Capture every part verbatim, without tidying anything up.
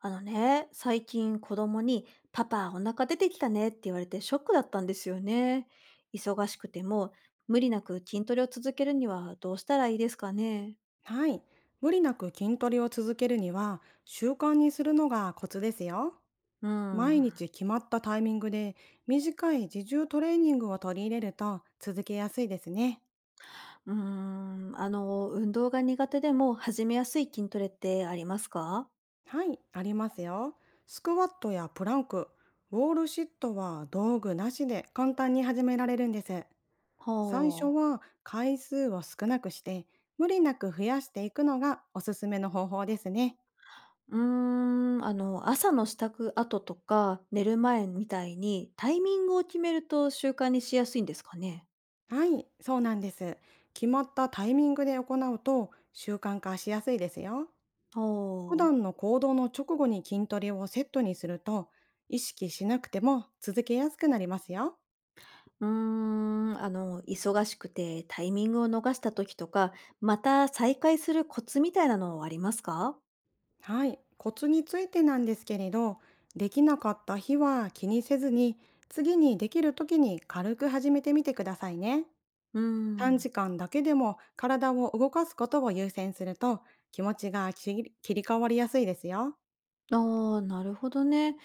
あのね、最近子供にパパお腹出てきたねって言われてショックだったんですよね。忙しくても無理なく筋トレを続けるにはどうしたらいいですかね。はい。無理なく筋トレを続けるには、習慣にするのがコツですよ。うん。毎う日決まったタイミングで短い自重トレーニングを取り入れると続けやすいですね。ーん。あの、運動が苦手でも始めやすい筋トレってありますか？はい、ありますよ。スクワットやプランク、ウォールシットは道具なしで簡単に始められるんです。最初はあ。は回数を少なくして、無理なく増やしていくのがおすすめの方法ですね。うーん。あの、朝の支度後とか寝る前みたいにタイミングを決めると習慣にしやすいんですかね。はい、そうなんです。決まったタイミングで行うと習慣化しやすいですよ。普は段のあ。行動の直後に筋トレをセットにすると意識しなくても続けやすくなりますよ。うーん、あの、忙しくてタイミングを逃した時とか、また再開するコツみたいなのはありますか？はい、コツについてなんですけれど、できなかった日は気にせずに次にできる時に軽く始めてみてくださいね。うー短時ん。間だけでも体を動かすことを優先すると気持ちが切り切り替わりやすいですよ。ああ、なるほどね。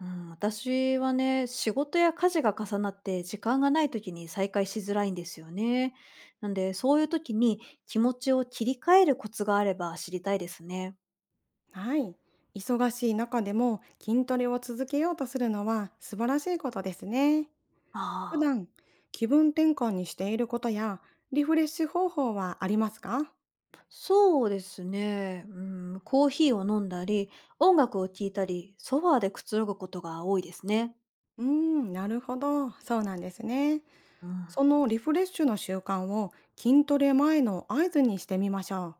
うん、私はね、仕事や家事が重なって時間がない時に再開しづらいんですよね。なんで、そういう時に気持ちを切り替えるコツがあれば知りたいですね。はい。忙しい中でも筋トレを続けようとするのは素晴らしいことですね。普ああ、段、気分転換にしていることやリフレッシュ方法はありますか？そうですね。うん、コーヒーを飲んだり、音楽を聴いたり、ソファーでくつろぐことが多いですね。うーん、なるほど。そうなんですね。うん。そのリフレッシュの習慣を筋トレ前の合図にしてみましょう。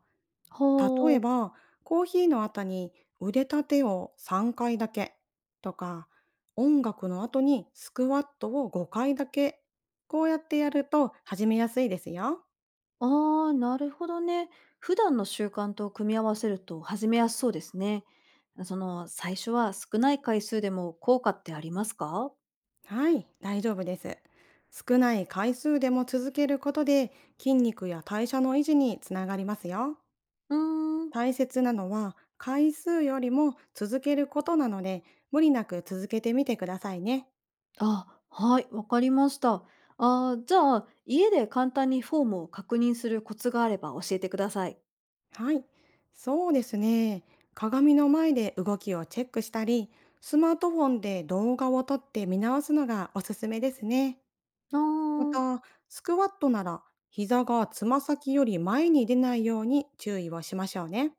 例ほえう。ば、コーヒーの後に腕立てをさんかいだけとか、音楽の後にスクワットをごかいだけ、こうやってやると始めやすいですよ。ああ、なるほどね。普段の習慣と組み合わせると始めやすそうですね。その、最初は少ない回数でも効果ってありますか？はい、大丈夫です。少ない回数でも続けることで筋肉や代謝の維持につながりますよ。うーん。大切なのは回数よりも続けることなので無理なく続けてみてくださいね。あ、はい、わかりました。あーじゃあ、家で簡単にフォームを確認するコツがあれば教えてください。はい、そうですね。鏡の前で動きをチェックしたり、スマートフォンで動画を撮って見直すのがおすすめですね。あまー、た、スクワットなら膝がつま先より前に出ないように注意をしましょうね。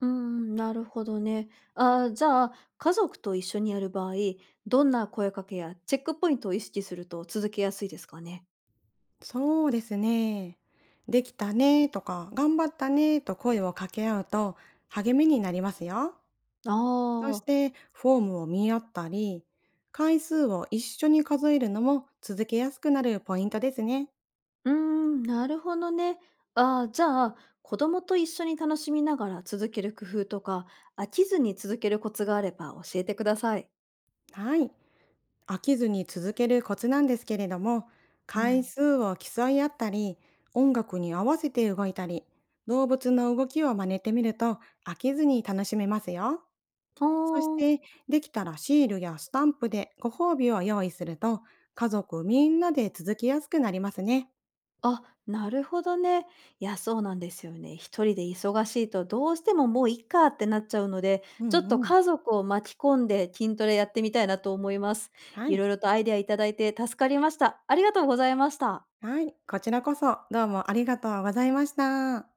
うーん、なるほどね。あーじゃあ、家族と一緒にやる場合、どんな声かけやチェックポイントを意識すると続けやすいですかね？そうですね。できたねとか、頑張ったねと声を掛け合うと励みになりますよ。あそしあ、て、フォームを見合ったり、回数を一緒に数えるのも続けやすくなるポイントですね。うーん、なるほどね。ああ、じゃあ、子供と一緒に楽しみながら続ける工夫とか、飽きずに続けるコツがあれば教えてください。はい。飽きずに続けるコツなんですけれども、う回ん。数を競い合ったり、音楽に合わせて動いたり、動物の動きを真似てみると飽きずに楽しめますよ。そしほーん。て、できたらシールやスタンプでご褒美を用意すると、家族みんなで続きやすくなりますね。あ、なるほどね。いや、そうなんですよね。一人で忙しいとどうしてももういっかってなっちゃうので、うちょんっとうん。家族を巻き込んで筋トレやってみたいなと思います。はいい。ろいろとアイデアいただいて助かりました。ありがとうございました。はい。こちらこそどうもありがとうございました。